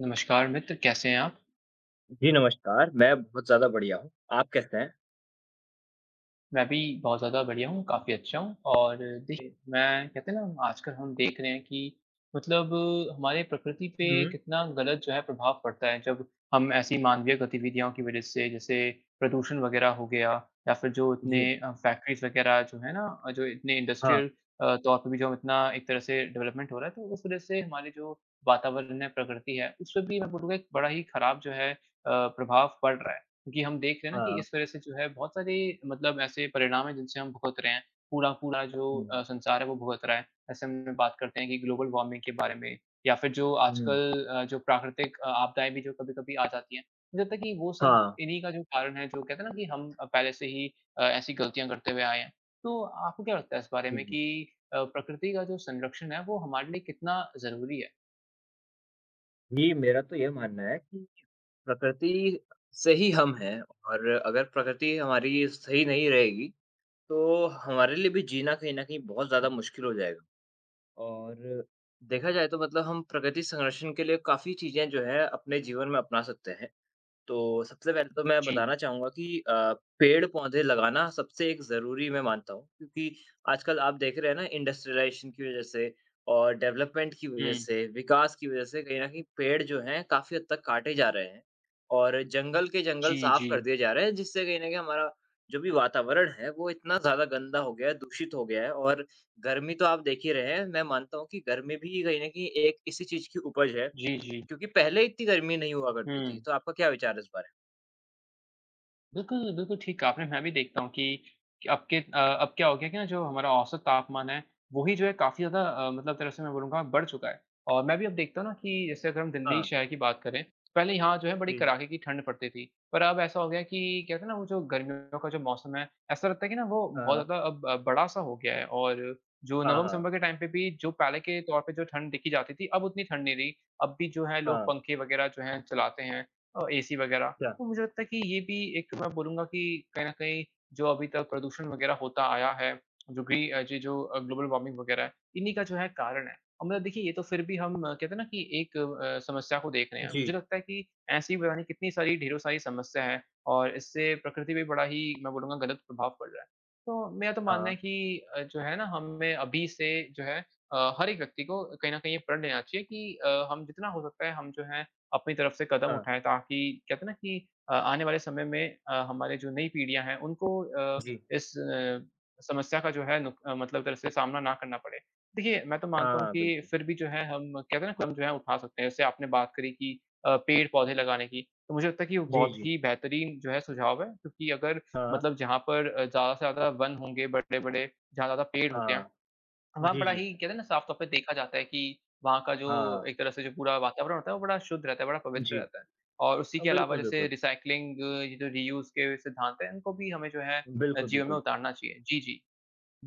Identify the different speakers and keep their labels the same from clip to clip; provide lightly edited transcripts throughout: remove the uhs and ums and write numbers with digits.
Speaker 1: नमस्कार मित्र, कैसे हैं आप?
Speaker 2: जी, नमस्कार। मैं बहुत ज़्यादा बढ़िया हूँ। आप कैसे हैं?
Speaker 1: मैं भी बहुत ज़्यादा बढ़िया हूँ, काफ़ी अच्छा हूँ और देखिए, मैं कहते हैं ना आजकल हम देख रहे हैं कि मतलब हमारे प्रकृति पे
Speaker 2: हुँ,
Speaker 1: कितना गलत जो है प्रभाव पड़ता है जब हम ऐसी मानवीय गतिविधियों की वजह से जैसे प्रदूषण वगैरह हो गया या फिर जो इतने
Speaker 2: जी।
Speaker 1: फैक्ट्रीज़ वगैरह जो है ना जो इतने
Speaker 2: हाँ,
Speaker 1: इंडस्ट्रियल तौर पे भी जो हम इतना एक तरह से डेवलपमेंट हो रहा है, तो उस वजह से हमारे जो वातावरण है, प्रकृति है, उस पे भी मैं बोलूँगा एक बड़ा ही खराब जो है प्रभाव पड़ रहा है। क्योंकि हम देख रहे हैं ना कि
Speaker 2: हाँ।
Speaker 1: इस वजह से जो है बहुत सारे मतलब ऐसे परिणाम हैं जिनसे हम भुगत रहे हैं। पूरा-पूरा जो
Speaker 2: हुँ,
Speaker 1: संसार है वो भुगत रहा है। ऐसे में बात करते हैं कि ग्लोबल वार्मिंग के बारे में या फिर जो
Speaker 2: हुँ।
Speaker 1: आजकल जो प्राकृतिक आपदाएँ भी जो कभी-कभी आ जाती हैं। मुझे लगता है कि वो सब
Speaker 2: हाँ,
Speaker 1: इन्हीं का जो कारण है जो कहते हैं ना कि हम पहले से ही ऐसी गलतियाँ करते हुए आए हैं। तो आपको क्या लगता है इस बारे
Speaker 2: जी,
Speaker 1: में
Speaker 2: जी।
Speaker 1: कि प्रकृति का जो संरक्षण है वो हमारे लिए कितना ज़रूरी है?
Speaker 2: जी, मेरा तो यह मानना है कि प्रकृति से ही हम हैं और अगर प्रकृति हमारी सही नहीं रहेगी, तो हमारे लिए भी जीना कहीं न कहीं बहुत ज़्यादा मुश्किल हो जाएगा। और देखा जाए तो मतलब हम प्रकृति संरक्षण के लिए काफ़ी चीज़ें जो हैं अपने जीवन में अपना सकते हैं। तो सबसे पहले तो मैं
Speaker 1: जी।
Speaker 2: बताना चाहूँगा कि पेड़-पौधे लगाना सबसे एक ज़रूरी मैं मानता हूँ, क्योंकि आजकल आप देख रहे हैं ना इंडस्ट्रियलाइज़ेशन की वज़ह से और डेवलपमेंट की वज़ह
Speaker 1: हुँ।
Speaker 2: से, विकास की वज़ह से कहीं न कहीं पेड़ जो हैं काफ़ी हद तक काटे जा रहे हैं और जंगल के जंगल
Speaker 1: जी,
Speaker 2: साफ़
Speaker 1: जी।
Speaker 2: कर दिए जा रहे हैं, जिससे कहीं न कहीं हमारा जो भी वातावरण है, वो इतना ज़्यादा गंदा हो गया है, दूषित हो गया है और गर्मी तो आप देख ही रहे हैं, मैं मानता हूँ कि गर्मी भी कहीं न कहीं एक इसी चीज़ की उपज है,
Speaker 1: जी, जी।
Speaker 2: क्योंकि पहले इतनी गर्मी नहीं हुआ करती थी।
Speaker 1: हुँ।
Speaker 2: तो आपका क्या विचार है इस बारे में?
Speaker 1: बिल्कुल, बिल्कुल ठीक कहा आपने। मैं भी देखता हूँ कि अब के अब क्या हो गया कि ना जो हमारा औसत तापमान है, वो ही जो है काफ़ी ज़्यादा मतलब तरह से मैं बोलूँगा बढ़ चुका है। और मैं भी अब देखता हूँ ना कि जैसे अगर हम दिल्ली
Speaker 2: हाँ,
Speaker 1: शहर की बात करें, पहले यहाँ जो है बड़ी
Speaker 2: जी, जी।
Speaker 1: कड़ाके की ठंड पड़ती थी। पर अब ऐसा हो गया कि कहते हैं ना वो जो गर्मियों का जो मौसम है, ऐसा लगता है कि ना वो
Speaker 2: हाँ,
Speaker 1: बहुत ज़्यादा अब बड़ा-सा हो गया है और जो
Speaker 2: हाँ, हाँ,
Speaker 1: नवम्बर-दिसम्बर के टाइम पे भी जो पहले के तौर पे जो ठंड दिखी जाती थी, अब उतनी ठंड नहीं रही। अब भी जो है लोग
Speaker 2: हाँ,
Speaker 1: पंखे वगैरह जो हैं चलाते हैं एसी वगैरह।
Speaker 2: क्या?
Speaker 1: तो मुझे लगता है कि ये भी एक मैं बोलूँगा कि कहीं न कहीं जो अभी तक प्रदूषण वग़ैरह होता आया है, जो भी ये जो ग्लोबल वार्मिंग वग़ैरह है, इन्हीं का जो है कारण है। और मतलब देखिए ये तो फिर भी हम कहते हैं ना कि एक समस्या को देख रहे हैं।
Speaker 2: जी,
Speaker 1: मुझे लगता है कि ऐसी पता नहीं कितनी सारी ढेरों सारी समस्या है और इससे प्रकृति पे बड़ा ही मैं बोलूँगा गलत प्रभाव पड़ रहा है। तो मेरा तो मानना
Speaker 2: हाँ,
Speaker 1: है कि जो है ना हमें अभी से जो है हर एक व्यक्ति को कहीं न कहीं ये प्रण लेना चाहिए कि हम जितना हो सकता है हम जो है अपनी तरफ से कदम
Speaker 2: हाँ,
Speaker 1: उठाएँ ताकि कहते हैं ना कि आने वाले समय में हमारे जो नई पीढ़ियाँ हैं उनको
Speaker 2: जी,
Speaker 1: इस समस्या का जो है मतलब तरह से सामना ना करना पड़े। देखिए, मैं तो मानता हूँ
Speaker 2: हाँ,
Speaker 1: कि
Speaker 2: बिल्कुल।
Speaker 1: फिर भी जो है हम कहते हैं ना कदम जो है उठा सकते हैं। जैसे आपने बात करी कि पेड़-पौधे लगाने की, तो मुझे लगता है कि वो
Speaker 2: जी,
Speaker 1: बहुत
Speaker 2: जी,
Speaker 1: ही बेहतरीन जो है सुझाव है क्योंकि अगर
Speaker 2: हाँ,
Speaker 1: मतलब जहाँ पर ज़्यादा से ज़्यादा वन होंगे बड़े-बड़े, जहाँ ज़्यादा पेड़ होते हैं
Speaker 2: हाँ,
Speaker 1: वहाँ
Speaker 2: जी,
Speaker 1: बड़ा
Speaker 2: जी,
Speaker 1: ही कहते हैं ना साफ तौर पे देखा जाता है कि वहाँ का जो
Speaker 2: हाँ,
Speaker 1: एक तरह से जो पूरा वातावरण होता है वो बड़ा शुद्ध रहता है, बड़ा पवित्र
Speaker 2: जी।
Speaker 1: रहता है। और उसी के अलावा
Speaker 2: बिल्कुल,
Speaker 1: जैसे
Speaker 2: बिल्कुल।
Speaker 1: रिसाइक्लिंग ये जो रीयूज़ के सिद्धांत हैं इनको भी हमें जो है
Speaker 2: बिल्कुल,
Speaker 1: जीवन में
Speaker 2: बिल्कुल।
Speaker 1: उतारना चाहिए। जी, जी।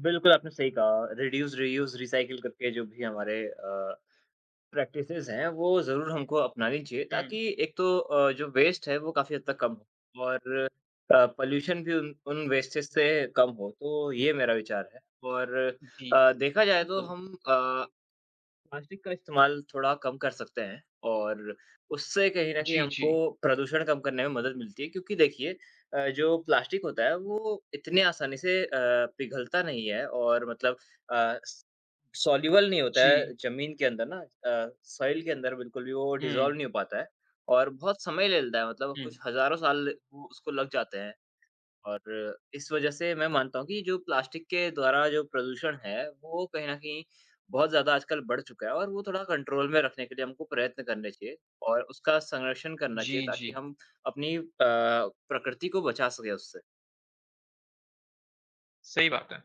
Speaker 2: बिल्कुल, आपने सही कहा। रिड्यूस, रीयूज़, रीसाइकिल करके जो भी हमारे प्रैक्टिसेज़ हैं, वो ज़रूर हमको अपनानी चाहिए
Speaker 1: हुँ,
Speaker 2: ताकि एक तो जो वेस्ट है, वो काफ़ी हद तक कम हो और पॉल्यूशन भी उन उन वेस्टेज़ से कम हो। तो ये मेरा विचार है और
Speaker 1: जी,
Speaker 2: देखा जाए तो
Speaker 1: बिल्कुल।
Speaker 2: हम प्लास्टिक का इस्तेमाल थोड़ा कम कर सकते हैं और उससे कहीं न कहीं
Speaker 1: जी, जी।
Speaker 2: हमको प्रदूषण कम करने में मदद मिलती है क्योंकि देखिए जो प्लास्टिक होता है वो इतने आसानी से पिघलता नहीं है और मतलब अ, स सॉल्युबल नहीं होता है
Speaker 1: जी।
Speaker 2: ज़मीन के अंदर ना सॉइल के अंदर बिल्कुल भी वो डिसॉल्व
Speaker 1: हुँ,
Speaker 2: नहीं हो पाता है और बहुत समय ले लेता है मतलब
Speaker 1: हुँ।
Speaker 2: कुछ हज़ारों साल वो उसको लग जाते हैं। और इस वजह से मैं मानता हूँ कि जो प्लास्टिक के द्वारा जो प्रदूषण है, वो कहीं न कहीं बहुत ज़्यादा आजकल बढ़ चुका है और वो थोड़ा कंट्रोल में रखने के लिए हमको प्रयत्न करने चाहिए और उसका संरक्षण करना चाहिए
Speaker 1: जी,
Speaker 2: ताकि
Speaker 1: जी।
Speaker 2: हम अपनी प्रकृति को बचा सकें उससे।
Speaker 1: सही बात है।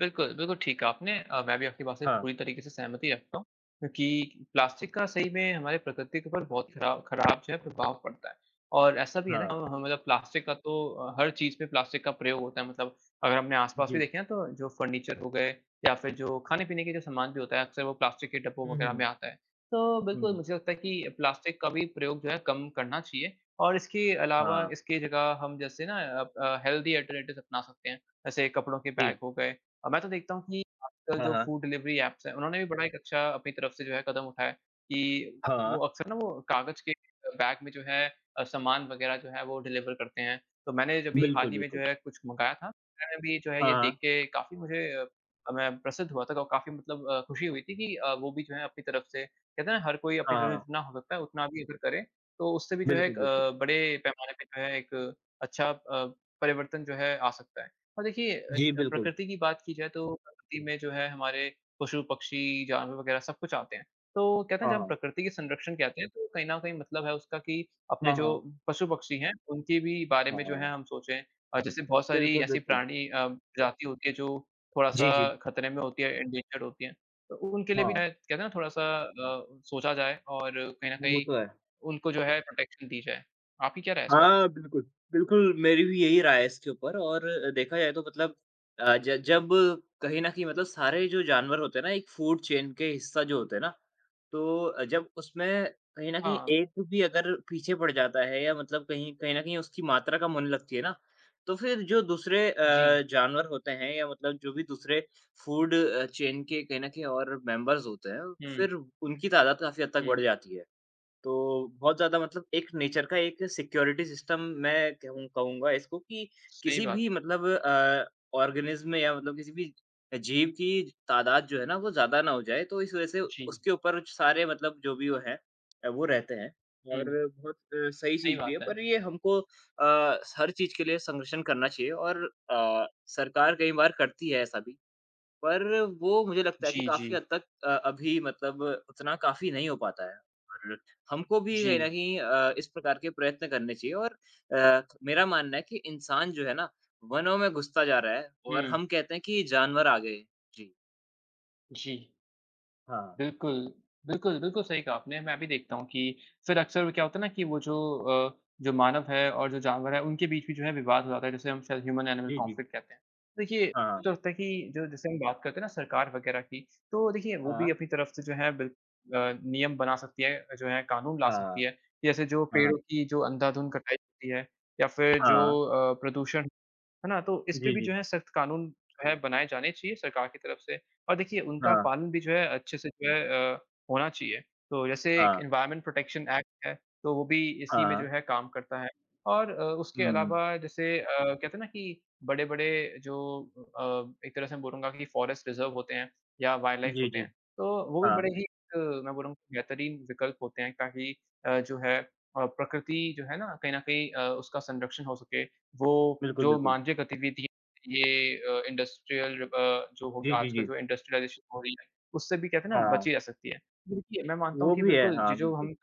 Speaker 1: बिल्कुल, बिल्कुल ठीक कहा आपने मैं भी आपकी बात से
Speaker 2: हाँ,
Speaker 1: पूरी तरीके से सहमति रखता हूँ, क्योंकि प्लास्टिक का सही में हमारे प्रकृति के ऊपर बहुत खराब खराब जो है प्रभाव पड़ता है। और ऐसा भी है ना
Speaker 2: हाँ,
Speaker 1: हाँ, हाँ, मतलब प्लास्टिक का तो हर चीज़ में प्लास्टिक का प्रयोग होता है मतलब अगर अपने आस-पास भी
Speaker 2: जी।
Speaker 1: देखें ना तो जो फर्नीचर हो गए या फिर जो खाने-पीने के जो सामान भी होता है अक्सर वो प्लास्टिक के डब्बों
Speaker 2: हुँ,
Speaker 1: वगैरह में
Speaker 2: हुँ,
Speaker 1: आता है। तो बिल्कुल
Speaker 2: हुँ,
Speaker 1: मुझे लगता है कि प्लास्टिक का भी प्रयोग जो है कम करना चाहिए और इसके अलावा
Speaker 2: हाँ,
Speaker 1: इसकी जगह हम जैसे ना हेल्दी अल्टरनेटिव्स अपना सकते हैं। जैसे कपड़ों के बैग
Speaker 2: जी,
Speaker 1: हो गए मैं तो देखता हूँ कि आजकल
Speaker 2: हाँ,
Speaker 1: जो
Speaker 2: हाँ,
Speaker 1: फूड डिलीवरी ऐप्स हैं, उन्होंने भी बड़ा एक अच्छा अपनी तरफ से जो है कदम उठाया है कि
Speaker 2: हाँ,
Speaker 1: वो अक्सर ना वो कागज़ के बैग में जो है सामान वग़ैरह जो है वो डिलीवर करते हैं। तो मैंने जब भी हाल
Speaker 2: बिल्कुल,
Speaker 1: ही में जो
Speaker 2: बिल्कुल।
Speaker 1: है कुछ मँगाया था, मैंने भी जो है
Speaker 2: हाँ,
Speaker 1: ये
Speaker 2: हाँ,
Speaker 1: देख के काफ़ी मैं प्रसन्न हुआ था और काफ़ी मतलब खुशी हुई थी कि वो भी जो है अपनी तरफ से कहते हैं ना हर कोई
Speaker 2: हाँ,
Speaker 1: अपनी तरफ से
Speaker 2: हाँ,
Speaker 1: जितना हो सकता है उतना भी अगर करे, तो उससे भी जो है
Speaker 2: बिल्कुल,
Speaker 1: एक
Speaker 2: बिल्कुल।
Speaker 1: बड़े पैमाने पे जो है एक अच्छा परिवर्तन जो है आ सकता है। और देखिए अ,
Speaker 2: जी,
Speaker 1: ज
Speaker 2: बिल्कुल।
Speaker 1: प्रकृति की बात की जाए तो प्रकृति में जो है हमारे पशु-पक्षी, जानवर वगैरह सब कुछ आते हैं। तो कहते हैं जब हम
Speaker 2: हाँ,
Speaker 1: प्रकृति के संरक्षण कहते हैं तो कहीं न कहीं मतलब है उसका कि अपने
Speaker 2: हाँ,
Speaker 1: जो
Speaker 2: हाँ,
Speaker 1: पशु-पक्षी हैं उनके भी बारे
Speaker 2: हाँ,
Speaker 1: में जो है
Speaker 2: हाँ,
Speaker 1: हम सोचें। और जैसे बहुत सारी
Speaker 2: बिल्कुल,
Speaker 1: ऐसी
Speaker 2: बिल्कुल।
Speaker 1: प्रजाति होती है जो थोड़ा-सा
Speaker 2: जी, जी,
Speaker 1: खतरे में होती है, एंडेंजर्ड होती हैं। तो उनके लिए भी
Speaker 2: हाँ,
Speaker 1: शायद कहते हैं ना थोड़ा-सा सोचा जाए और कहीं न
Speaker 2: वो
Speaker 1: कहीं
Speaker 2: तो है।
Speaker 1: उनको जो है प्रोटेक्शन दी जाए। आपकी क्या राय है इस बारे में?
Speaker 2: हाँ, बिल्कुल। बिल्कुल, मेरी भी यही राय है इसके ऊपर और देखा जाए तो मतलब अ, ज जब कहीं न कहीं मतलब सारे जो जानवर होते हैं ना, एक फूड चेन के हिस्सा जो होते हैं ना, तो जब उसमें कहीं न कहीं
Speaker 1: हाँ।
Speaker 2: एक भी अगर पीछे पड़ जाता है या मतलब कहीं कहीं न कहीं उसकी मात्रा कम होने लगती है ना, तो फिर जो दूसरे
Speaker 1: जी।
Speaker 2: जानवर होते हैं या मतलब जो भी दूसरे फूड चेन के कहीं न कहीं और मेंबर्स होते हैं,
Speaker 1: हुँ,
Speaker 2: फिर उनकी तादाद काफ़ी हद तक
Speaker 1: हुँ।
Speaker 2: बढ़ जाती है। तो बहुत ज़्यादा मतलब एक नेचर का एक सिक्योरिटी सिस्टम मैं कहूँगा इसको कि
Speaker 1: सही
Speaker 2: किसी भी
Speaker 1: बात।
Speaker 2: मतलब ऑर्गेनिज़्म या मतलब किसी भी जीव की तादाद जो है ना, वो ज़्यादा ना हो जाए, तो इस वज़ह से
Speaker 1: जी,
Speaker 2: उसके ऊपर सारे मतलब जो भी वो हैं वो रहते हैं
Speaker 1: हुँ,
Speaker 2: और बहुत सही
Speaker 1: सही
Speaker 2: चीज़ भी है।
Speaker 1: बात है।
Speaker 2: पर ये हमको हर चीज़ के लिए संरक्षण करना चाहिए और सरकार कई बार करती है ऐसा भी। पर वो मुझे लगता है कि
Speaker 1: जी,
Speaker 2: काफ़ी
Speaker 1: जी,
Speaker 2: हद तक अभी मतलब उतना काफ़ी नहीं हो पाता है और हमको भी कहीं न
Speaker 1: जी,
Speaker 2: कहीं इस प्रकार के प्रयत्न करने चाहिए और मेरा मानना है कि इंसान जो है ना, वनों में घुसता जा रहा है
Speaker 1: हुँ,
Speaker 2: और हम कहते हैं कि जानवर आ गए। जी।
Speaker 1: जी,
Speaker 2: हाँ।
Speaker 1: बिल्कुल, बिल्कुल, बिल्कुल सही कहा आपने। मैं भी देखता हूँ कि फिर अक्सर क्या होता है ना कि वो जो मानव है और जो जानवर है, उनके बीच भी जो है विवाद हो जाता है, जिसे हम शायद ह्यूमन एनिमल
Speaker 2: जी, जी।
Speaker 1: कॉन्फ्लिक्ट कहते हैं। तो देखिए,
Speaker 2: हाँ,
Speaker 1: मुझे तो लगता है कि जो जैसे हम बात करते हैं ना सरकार वगैरह की, तो देखिए वो भी
Speaker 2: हाँ,
Speaker 1: अपनी तरफ से जो है अ, नियम बना सकती है, जो है कानून ला सकती
Speaker 2: हाँ,
Speaker 1: है। जैसे जो
Speaker 2: हाँ,
Speaker 1: पेड़ों की जो अंधाधुंध कटाई होती है या फिर जो
Speaker 2: हाँ।
Speaker 1: प्रदूषण है ना? तो इस पे
Speaker 2: जी,
Speaker 1: भी
Speaker 2: जी।
Speaker 1: जो है सख्त कानून जो है बनाए जाने चाहिए सरकार की तरफ से और देखिए उनका
Speaker 2: हाँ,
Speaker 1: पालन भी जो है अच्छे से जो है होना चाहिए। तो जैसे एक
Speaker 2: हाँ,
Speaker 1: एनवायरनमेंट प्रोटेक्शन एक्ट है, तो वो भी इसी में
Speaker 2: हाँ।
Speaker 1: जो है काम करता है और उसके
Speaker 2: हुँ।
Speaker 1: अलावा जैसे कहते हैं ना कि बड़े-बड़े जो एक तरह से मैं बोलूँगा कि फॉरेस्ट रिज़र्व होते हैं या वाइल्ड लाइफ
Speaker 2: जी,
Speaker 1: होते
Speaker 2: जी।
Speaker 1: हैं, तो वो भी
Speaker 2: हाँ,
Speaker 1: बड़े ही मैं बोलूँगा बेहतरीन विकल्प होते हैं ताकि जो है प्रकृति जो है ना, कहीं न कहीं उसका संरक्षण हो सके वो
Speaker 2: बिल्कुल,
Speaker 1: जो
Speaker 2: बिल्कुल।
Speaker 1: मानवीय गतिविधि ये इंडस्ट्रियल जो हो
Speaker 2: जी,
Speaker 1: गया
Speaker 2: जी,
Speaker 1: आजकल
Speaker 2: जी।
Speaker 1: जो इंडस्ट्रियलाइज़ेशन हो रही है, उससे भी कहते हैं ना
Speaker 2: हाँ,
Speaker 1: बची जा सकती है। देखिए, मैं मानता हूँ
Speaker 2: वो
Speaker 1: कि
Speaker 2: भी है।
Speaker 1: बिल्कुल ये
Speaker 2: हाँ,
Speaker 1: जो
Speaker 2: बिल्कुल।
Speaker 1: हम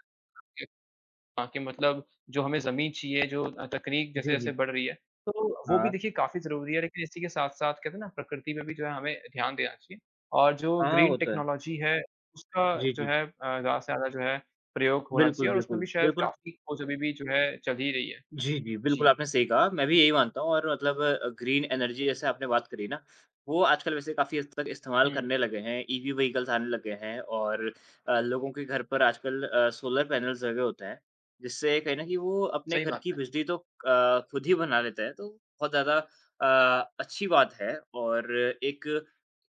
Speaker 1: हाँ, कि मतलब जो हमें ज़मीन चाहिए, जो तकनीक
Speaker 2: जी,
Speaker 1: जैसे-जैसे
Speaker 2: जी।
Speaker 1: बढ़ रही है, तो वो भी
Speaker 2: हाँ।
Speaker 1: देखिए काफ़ी ज़रूरी है, लेकिन इसी के साथ-साथ कहते हैं ना प्रकृति पे भी जो है हमें ध्यान देना चाहिए और जो
Speaker 2: हाँ,
Speaker 1: ग्रीन
Speaker 2: वो तो है।
Speaker 1: टेक्नोलॉजी है, उसका
Speaker 2: जी,
Speaker 1: जो
Speaker 2: जी।
Speaker 1: है ज़्यादा से ज़्यादा जो है प्रयोग होना
Speaker 2: बिल्कुल,
Speaker 1: चाहिए और उसमें
Speaker 2: बिल्कुल।
Speaker 1: भी शायद
Speaker 2: बिल्कुल,
Speaker 1: काफ़ी खोज अभी भी जो है चल ही रही है।
Speaker 2: जी, जी, बिल्कुल
Speaker 1: जी।
Speaker 2: आपने सही कहा। मैं भी यही मानता हूँ और मतलब ग्रीन एनर्जी जैसे आपने बात करी ना, वो आजकल वैसे काफ़ी हद तक इस्तेमाल
Speaker 1: हुँ,
Speaker 2: करने लगे हैं। ईवी व्हीकल्स आने लगे हैं और लोगों के घर पर आजकल सोलर पैनल्स लगे होते हैं, जिससे कहीं न कहीं वो अपने
Speaker 1: सही
Speaker 2: घर
Speaker 1: बात
Speaker 2: की
Speaker 1: है।
Speaker 2: बिजली तो खुद ही बना लेते हैं, तो बहुत ज़्यादा अच्छी बात है और एक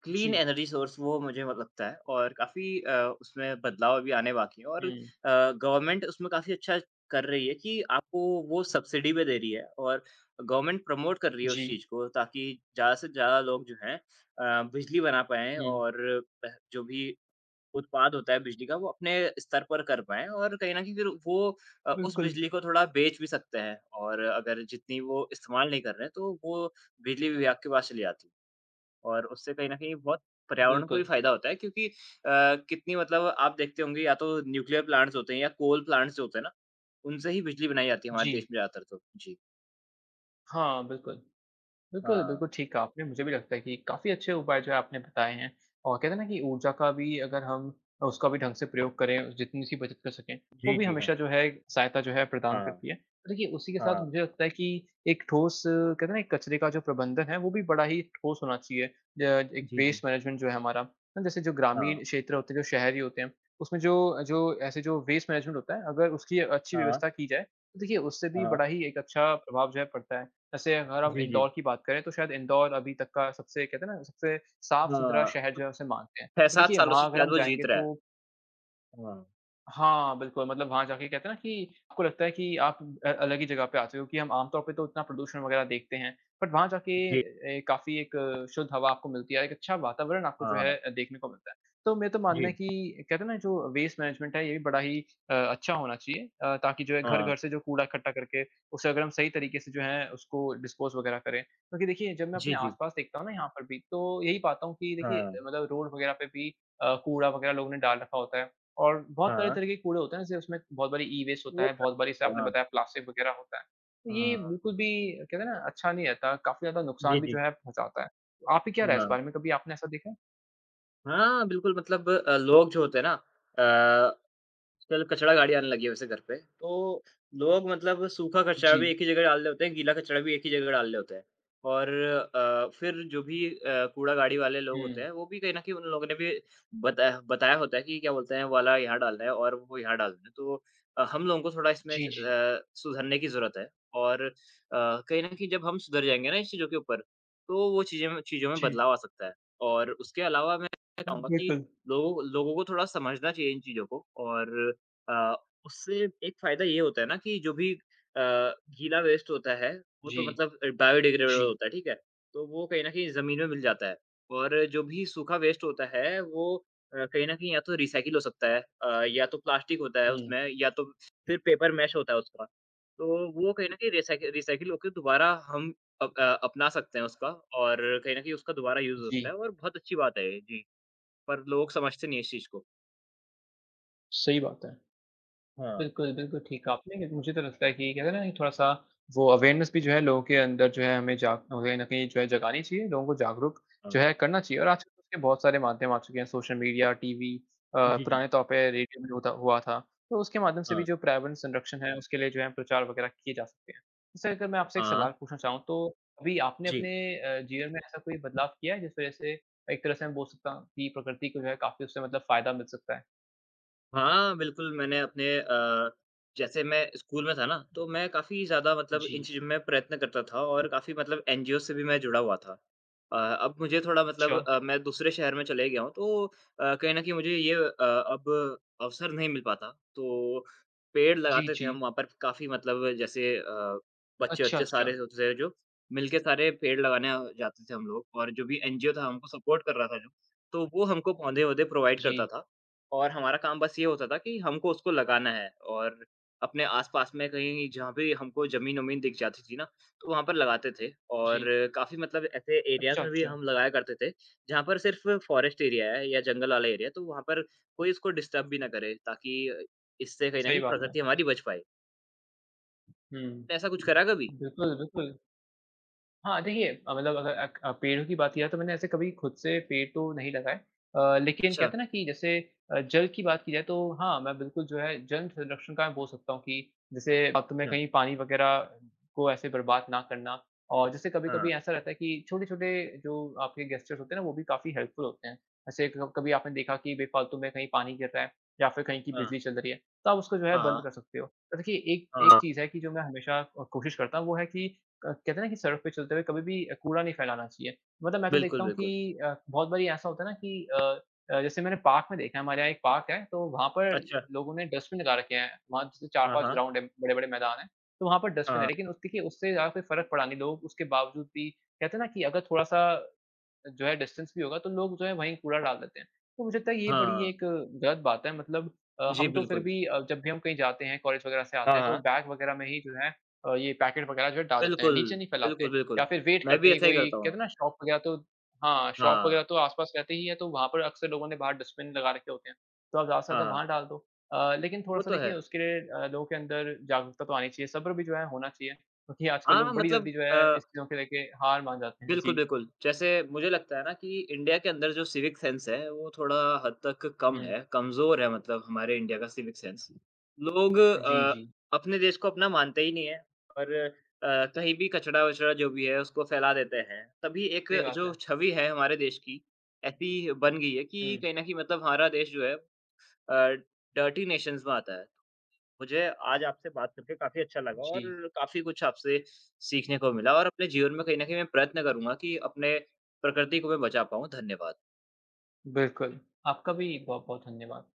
Speaker 2: क्लीन
Speaker 1: जी।
Speaker 2: एनर्जी सोर्स वो मुझे म लगता है और काफ़ी उसमें बदलाव अभी आने बाकी हैं और
Speaker 1: हुँ,
Speaker 2: गवर्नमेंट उसमें काफ़ी अच्छा कर रही है कि आपको वो सब्सिडी पे दे रही है और गवर्नमेंट प्रमोट कर रही है उस
Speaker 1: जी।
Speaker 2: चीज़ को ताकि ज़्यादा से ज़्यादा लोग जो हैं बिजली बना पाएँ
Speaker 1: हुँ,
Speaker 2: और पह जो भी उत्पाद होता है बिजली का वो अपने स्तर पर कर पाएँ और कहीं न कहीं फिर वो उस
Speaker 1: बिल्कुल,
Speaker 2: बिजली को थोड़ा बेच भी सकते हैं और अगर जितनी वो इस्तेमाल नहीं कर रहे हैं तो वो बिजली विभाग के पास चली जाती है और उससे कहीं न कहीं बहुत पर्यावरण को भी
Speaker 1: बिल्कुल।
Speaker 2: फ़ायदा होता है क्योंकि कितनी मतलब आप देखते होंगे या तो न्यूक्लियर प्लांट्स होते हैं या कोल प्लांट्स जो होते हैं ना उनसे ही बिजली बनाई जाती है हमारे
Speaker 1: जी।
Speaker 2: देश में ज़्यादातर तो। जी।
Speaker 1: हाँ, बिल्कुल। बिल्कुल,
Speaker 2: हाँ।
Speaker 1: बिल्कुल ठीक कहा आपने। मुझे भी लगता है कि काफ़ी अच्छे उपाय जो है आपने बताए हैं और कहते हैं ना कि ऊर्जा का भी अगर हम उसका भी ढंग से प्रयोग करें, जितनी सी बचत कर सकें, वो
Speaker 2: जी,
Speaker 1: भी
Speaker 2: जी,
Speaker 1: हमेशा
Speaker 2: हाँ।
Speaker 1: जो है सहायता जो है प्रदान
Speaker 2: हाँ,
Speaker 1: करती है। तो देखिए उसी के साथ
Speaker 2: हाँ।
Speaker 1: मुझे लगता है कि एक ठोस कहते हैं ना एक कचरे का जो प्रबंधन है वो भी बड़ा ही ठोस होना चाहिए। ज एक
Speaker 2: जी, जी।
Speaker 1: वेस्ट मैनेजमेंट जो है हमारा, ना जैसे जो
Speaker 2: हाँ,
Speaker 1: ग्रामीण क्षेत्र होते हैं, जो शहरी होते हैं, उसमें जो जो ऐसे जो वेस्ट मैनेजमेंट होता है, अगर उसकी अच्छी
Speaker 2: हाँ,
Speaker 1: व्यवस्था की जाए, तो देखिए उससे भी
Speaker 2: हाँ।
Speaker 1: बड़ा ही एक अच्छा प्रभाव जो है पड़ता है। जैसे अगर हम
Speaker 2: जी, जी।
Speaker 1: इंदौर की बात करें तो शायद इंदौर अभी तक का सबसे कहते हैं ना सबसे साफ-सुथरा
Speaker 2: हाँ,
Speaker 1: शहर
Speaker 2: कुछ
Speaker 1: जो है उसे मानते हैं। तो
Speaker 2: 6-7
Speaker 1: देखिए
Speaker 2: सालों से
Speaker 1: वहाँ अगर
Speaker 2: शायद
Speaker 1: हम
Speaker 2: वो
Speaker 1: जाएँगे
Speaker 2: जीत रहा है।
Speaker 1: तो
Speaker 2: हाँ।
Speaker 1: हाँ, बिल्कुल, मतलब वहाँ जाके कहते हैं ना कि आपको लगता है कि आप अलग ही जगह पे आते हो क्योंकि हम आम तौर पे तो इतना प्रदूषण वगैरह देखते हैं। बट वहाँ जाके
Speaker 2: जी।
Speaker 1: काफ़ी एक शुद्ध हवा आपको मिलती है, एक अच्छा वातावरण आपको जो
Speaker 2: हाँ।
Speaker 1: है देखने को मिलता है। तो मेरा तो मानना है
Speaker 2: जी।
Speaker 1: कि कहते हैं ना जो वेस्ट मैनेजमेंट है ये भी बड़ा ही अच्छा होना चाहिए ताकि जो है
Speaker 2: हाँ।
Speaker 1: घर-घर से जो कूड़ा इकट्ठा करके उसे अगर हम सही तरीके से जो है उसको डिस्पोज़ वगैरह करें। क्योंकि देखिए जब मैं
Speaker 2: जी,
Speaker 1: अपने
Speaker 2: जी।
Speaker 1: आस-पास देखता हूँ ना यहाँ पर भी तो यही पाता हूँ कि देखिए
Speaker 2: हाँ,
Speaker 1: मतलब रोड वगैरह पे भी कूड़ा वगैरह लोगों ने डाल रखा होता है। और बहुत तरह
Speaker 2: हाँ।
Speaker 1: तरह के कूड़े होते हैं, जैसे उसमें बहुत बारी ई-वेस्ट होता
Speaker 2: वो
Speaker 1: है,
Speaker 2: तो है,
Speaker 1: बहुत
Speaker 2: वो
Speaker 1: बारी जैसे
Speaker 2: तो
Speaker 1: आपने
Speaker 2: है।
Speaker 1: बताया प्लास्टिक वगैरह होता है। तो
Speaker 2: हाँ,
Speaker 1: ये
Speaker 2: हाँ।
Speaker 1: बिल्कुल भी कहते हैं ना अच्छा नहीं रहता, काफ़ी ज़्यादा
Speaker 2: जी,
Speaker 1: नुकसान भी जो
Speaker 2: जी।
Speaker 1: है पहुँचाता है। आपकी क्या राय है इस
Speaker 2: हाँ।
Speaker 1: बारे में, कभी आपने ऐसा देखा है?
Speaker 2: हाँ, बिल्कुल मतलब लोग जो होते हैं ना अ आजकल कचरा गाड़ी आने लगी है वैसे घर पे। तो लोग मतलब सूखा कचरा भी
Speaker 1: जी।
Speaker 2: एक ही जगह डाल रहे होते हैं, गीला कचरा भी एक ही जगह डाल रहे होते हैं। और फिर जो भी कूड़ा गाड़ी वाले लोग होते
Speaker 1: हुँ।
Speaker 2: हैं, वो भी कहीं न कहीं उन लोगों ने भी बताया बताया होता है कि क्या बोलते हैं, वाला यहाँ डालना है और वो यहाँ डालना है। तो हम लोगों को थोड़ा इसमें
Speaker 1: जी, जी।
Speaker 2: सुधरने की ज़रूरत है और कहीं न कहीं जब हम सुधर जाएँगे ना इन चीज़ों के ऊपर, तो वो चीज़ें में चीज़ों में
Speaker 1: जी।
Speaker 2: बदलाव आ सकता है। और उसके अलावा मैं
Speaker 1: तो
Speaker 2: कहूँगा कि
Speaker 1: बिल्कुल।
Speaker 2: लोगों लोगों को थोड़ा समझना चाहिए इन चीज़ों को और अ, उससे एक फ़ायदा ये होता है ना कि जो भी गीला वेस्ट होता है, वो तो
Speaker 1: जी।
Speaker 2: मतलब
Speaker 1: जी।
Speaker 2: बायोडिग्रेडेबल होता है, ठीक है? तो वो कहीं न कहीं ज़मीन में मिल जाता है और जो भी सूखा वेस्ट होता है, वो कहीं न कहीं या तो रिसाइकिल हो सकता है या तो प्लास्टिक होता है
Speaker 1: हुँ।
Speaker 2: उसमें या तो फिर पेपर मैश होता है उसका। तो वो कहीं न कहीं रिसाइकिल रिसाइकिल होके दोबारा हम अपना सकते हैं उसका और कहीं न कहीं उसका दोबारा यूज़ हो
Speaker 1: जी।
Speaker 2: सकता है और बहुत अच्छी बात है ये। जी, पर लोग समझते नहीं है इस चीज़ को।
Speaker 1: सही बात है।
Speaker 2: हाँ,
Speaker 1: बिल्कुल, बिल्कुल ठीक कहा आपने लेकिन मुझे तो लगता है कि कहते हैं ना कि थोड़ा-सा वो अवेयरनेस भी जो है लोगों के अंदर जो है हमें जाग कहीं न कहीं जो है जगानी चाहिए, लोगों को जागरूक
Speaker 2: हाँ।
Speaker 1: जो है करना चाहिए और आजकल तो उसके बहुत सारे माध्यम आ चुके हैं, सोशल मीडिया, टीवी
Speaker 2: जी, जी।
Speaker 1: पुराने तौर पे रेडियो में होता हुआ था। तो उसके माध्यम से भी
Speaker 2: हाँ।
Speaker 1: जो पर्यावरण संरक्षण है, उसके लिए जो है प्रचार वगैरह किए जा सकते हैं। जैसे अगर मैं आपसे एक
Speaker 2: हाँ,
Speaker 1: सवाल पूछना चाहूँ तो अभी आपने
Speaker 2: जी।
Speaker 1: अपने जीवन में ऐसा कोई बदलाव किया है जिस वज़ह से एक तरह से मैं बोल सकता हूँ कि प्रकृति को जो है काफ़ी उससे मतलब फ़ायदा मिल सकता है?
Speaker 2: हाँ, बिल्कुल मैंने अपने जैसे मैं स्कूल में था ना, तो मैं काफ़ी ज़्यादा मतलब इन
Speaker 1: जी।
Speaker 2: चीज़ों में प्रयत्न करता था और काफ़ी मतलब एनजीओ से भी मैं जुड़ा हुआ था। अब मुझे थोड़ा मतलब
Speaker 1: अच्छा।
Speaker 2: मैं दूसरे शहर में चले गया हूँ तो कहीं न कहीं मुझे ये अब अवसर नहीं मिल पाता। तो पेड़
Speaker 1: जी,
Speaker 2: लगाते थे
Speaker 1: जी।
Speaker 2: हम वहाँ पर काफ़ी मतलब जैसे
Speaker 1: अच्छा,
Speaker 2: बच्चे-वच्चे
Speaker 1: अच्छा।
Speaker 2: सारे होते थे जो, मिल के सारे पेड़ लगाने जाते थे हम लोग और जो भी एनजीओ था हमको सपोर्ट कर रहा था जो, तो वो हमको पौधे-वौधे प्रोवाइड करता
Speaker 1: जी,
Speaker 2: था। और हमारा काम बस ये होता था कि हमको उसको लगाना है और अपने आस-पास में कहीं जहाँ पे हमको ज़मीन-वमीन दिख जाती थी ना, तो वहाँ पर लगाते थे और
Speaker 1: जी।
Speaker 2: काफ़ी मतलब ऐसे एरियाज़
Speaker 1: अच्छा,
Speaker 2: में भी
Speaker 1: अच्छा।
Speaker 2: हम लगाया करते थे, जहाँ पर सिर्फ़ फ़ॉरेस्ट एरिया है या जंगल वाला एरिया है, तो वहाँ पर कोई इसको डिस्टर्ब भी ना करे ताकि इससे कहीं न
Speaker 1: सही
Speaker 2: कहीं
Speaker 1: बात है।
Speaker 2: प्रकृति हमारी बच पाए। तो ऐसा
Speaker 1: हुँ।
Speaker 2: कुछ करा कभी?
Speaker 1: बिल्कुल, बिल्कुल। हाँ, देखिए मतलब अगर पेड़ों की बात किया तो मैंने ऐसे कभी खुद से पेड़ तो नहीं लगाए। लेकिन
Speaker 2: अच्छा,
Speaker 1: कहते हैं ना कि जैसे जल की बात की जाए तो हाँ, मैं बिल्कुल जो है जल संरक्षण का मैं बोल सकता हूँ कि जैसे रात में
Speaker 2: अच्छा।
Speaker 1: कहीं पानी वग़ैरह को ऐसे बर्बाद ना करना और जैसे
Speaker 2: हाँ,
Speaker 1: कभी-कभी ऐसा रहता है कि छोटे-छोटे जो आपके गेस्चर्स होते हैं ना, वो भी काफ़ी हेल्पफुल होते हैं। जैसे क कभी आपने देखा कि बेफ़ालतू में कहीं पानी गिर रहा है या फिर कहीं की
Speaker 2: हाँ।
Speaker 1: बिजली चल रही है, तो आप उसको जो है
Speaker 2: हाँ,
Speaker 1: बंद
Speaker 2: हाँ।
Speaker 1: कर सकते हो। तो देखिए एक एक
Speaker 2: हाँ,
Speaker 1: चीज़ है कि जो मैं हमेशा कोशिश करता हूँ वो है कि क कहते हैं ना कि सड़क पे चलते हुए कभी भी कूड़ा नहीं फैलाना चाहिए। मतलब मैं तो
Speaker 2: बिल्कुल,
Speaker 1: देखता हूँ
Speaker 2: बिल्कुल।
Speaker 1: कि बहुत बारी ऐसा होता है ना कि जैसे मैंने पार्क में देखा है, हमारे यहाँ एक पार्क है, तो वहाँ पर
Speaker 2: अच्छा।
Speaker 1: लोगों ने डस्टबिन लगा रखे हैं। वहाँ जैसे
Speaker 2: हाँ,
Speaker 1: 4-5
Speaker 2: हाँ।
Speaker 1: ग्राउंड है, बड़े-बड़े मैदान हैं, तो वहाँ पर डस्टबिन है। लेकिन उस देखिए उससे ज़्यादा कोई फ़र्क पड़ा नहीं। लोग उसके बावजूद भी कहते हैं ना कि अगर थोड़ा-सा जो है डिस्टेंस भी होगा तो लोग जो है वहीं कूड़ा डाल देते हैं। तो मुझे लगता है ये
Speaker 2: हाँ,
Speaker 1: बड़ी
Speaker 2: हाँ।
Speaker 1: एक गलत बात है मतलब
Speaker 2: जी,
Speaker 1: हम तो फिर
Speaker 2: बिल्कुल।
Speaker 1: भी जब भी हम कहीं जाते हैं कॉलेज वगैरह से
Speaker 2: हाँ,
Speaker 1: आते हैं तो
Speaker 2: हाँ।
Speaker 1: बैग वगैरह में ही जो है ये पैकेट वगैरह जो है डाल देते हैं,
Speaker 2: बिल्कुल,
Speaker 1: नीचे नहीं फैलाते
Speaker 2: बिल्कुल, बिल्कुल।
Speaker 1: या फिर वेट
Speaker 2: मैं
Speaker 1: करते
Speaker 2: भी
Speaker 1: हैं
Speaker 2: ऐसा
Speaker 1: कि
Speaker 2: ही
Speaker 1: कोई
Speaker 2: करता
Speaker 1: कहते
Speaker 2: हूँ।
Speaker 1: हैं ना शॉप वगैरह तो हाँ, शॉप
Speaker 2: हाँ,
Speaker 1: वगैरह तो आस-पास रहती ही है तो वहाँ पर अक्सर लोगों ने बाहर डस्टबिन लगा रखे होते हैं। तो आप ज़्यादा से
Speaker 2: हाँ,
Speaker 1: ज़्यादा
Speaker 2: हाँ,
Speaker 1: वहाँ डाल दो। लेकिन
Speaker 2: वो
Speaker 1: थोड़ा-सा
Speaker 2: तो
Speaker 1: देखिए
Speaker 2: है।
Speaker 1: उसके लिए लोगों के अंदर जागरूकता तो आनी चाहिए, सब्र भी जो है होना चाहिए क्योंकि आजकल
Speaker 2: हाँ,
Speaker 1: लोग बड़ी
Speaker 2: मतलब
Speaker 1: जल्दी जो है इस चीज़ों को लेके हार मान जाते हैं।
Speaker 2: बिल्कुल,
Speaker 1: जी।
Speaker 2: बिल्कुल। जैसे मुझे लगता है ना कि इंडिया के अंदर जो सिविक सेंस है, वो थोड़ा हद तक कम
Speaker 1: हुँ।
Speaker 2: है, कमज़ोर है मतलब हमारे इंडिया का सिविक सेंस। लोग
Speaker 1: जी, जी।
Speaker 2: अपने देश को अपना मानते ही नहीं है और कहीं भी कचरा-वचरा जो भी है, उसको फैला देते हैं। तभी एक
Speaker 1: सही बात
Speaker 2: जो
Speaker 1: है।
Speaker 2: छवि है हमारे देश की, ऐसी बन गई है कि
Speaker 1: हुँ,
Speaker 2: कहीं न कहीं मतलब हमारा देश जो है अ, डर्टी नेशंस में आता है। मुझे आज आपसे बात करके काफ़ी अच्छा लगा और
Speaker 1: जी,
Speaker 2: काफ़ी कुछ आपसे सीखने को मिला और अपने जीवन में कहीं न कहीं मैं प्रयत्न करूँगा कि अपने प्रकृति को मैं बचा पाऊँ। धन्यवाद।
Speaker 1: बिल्कुल। आपका भी बहुत-बहुत धन्यवाद।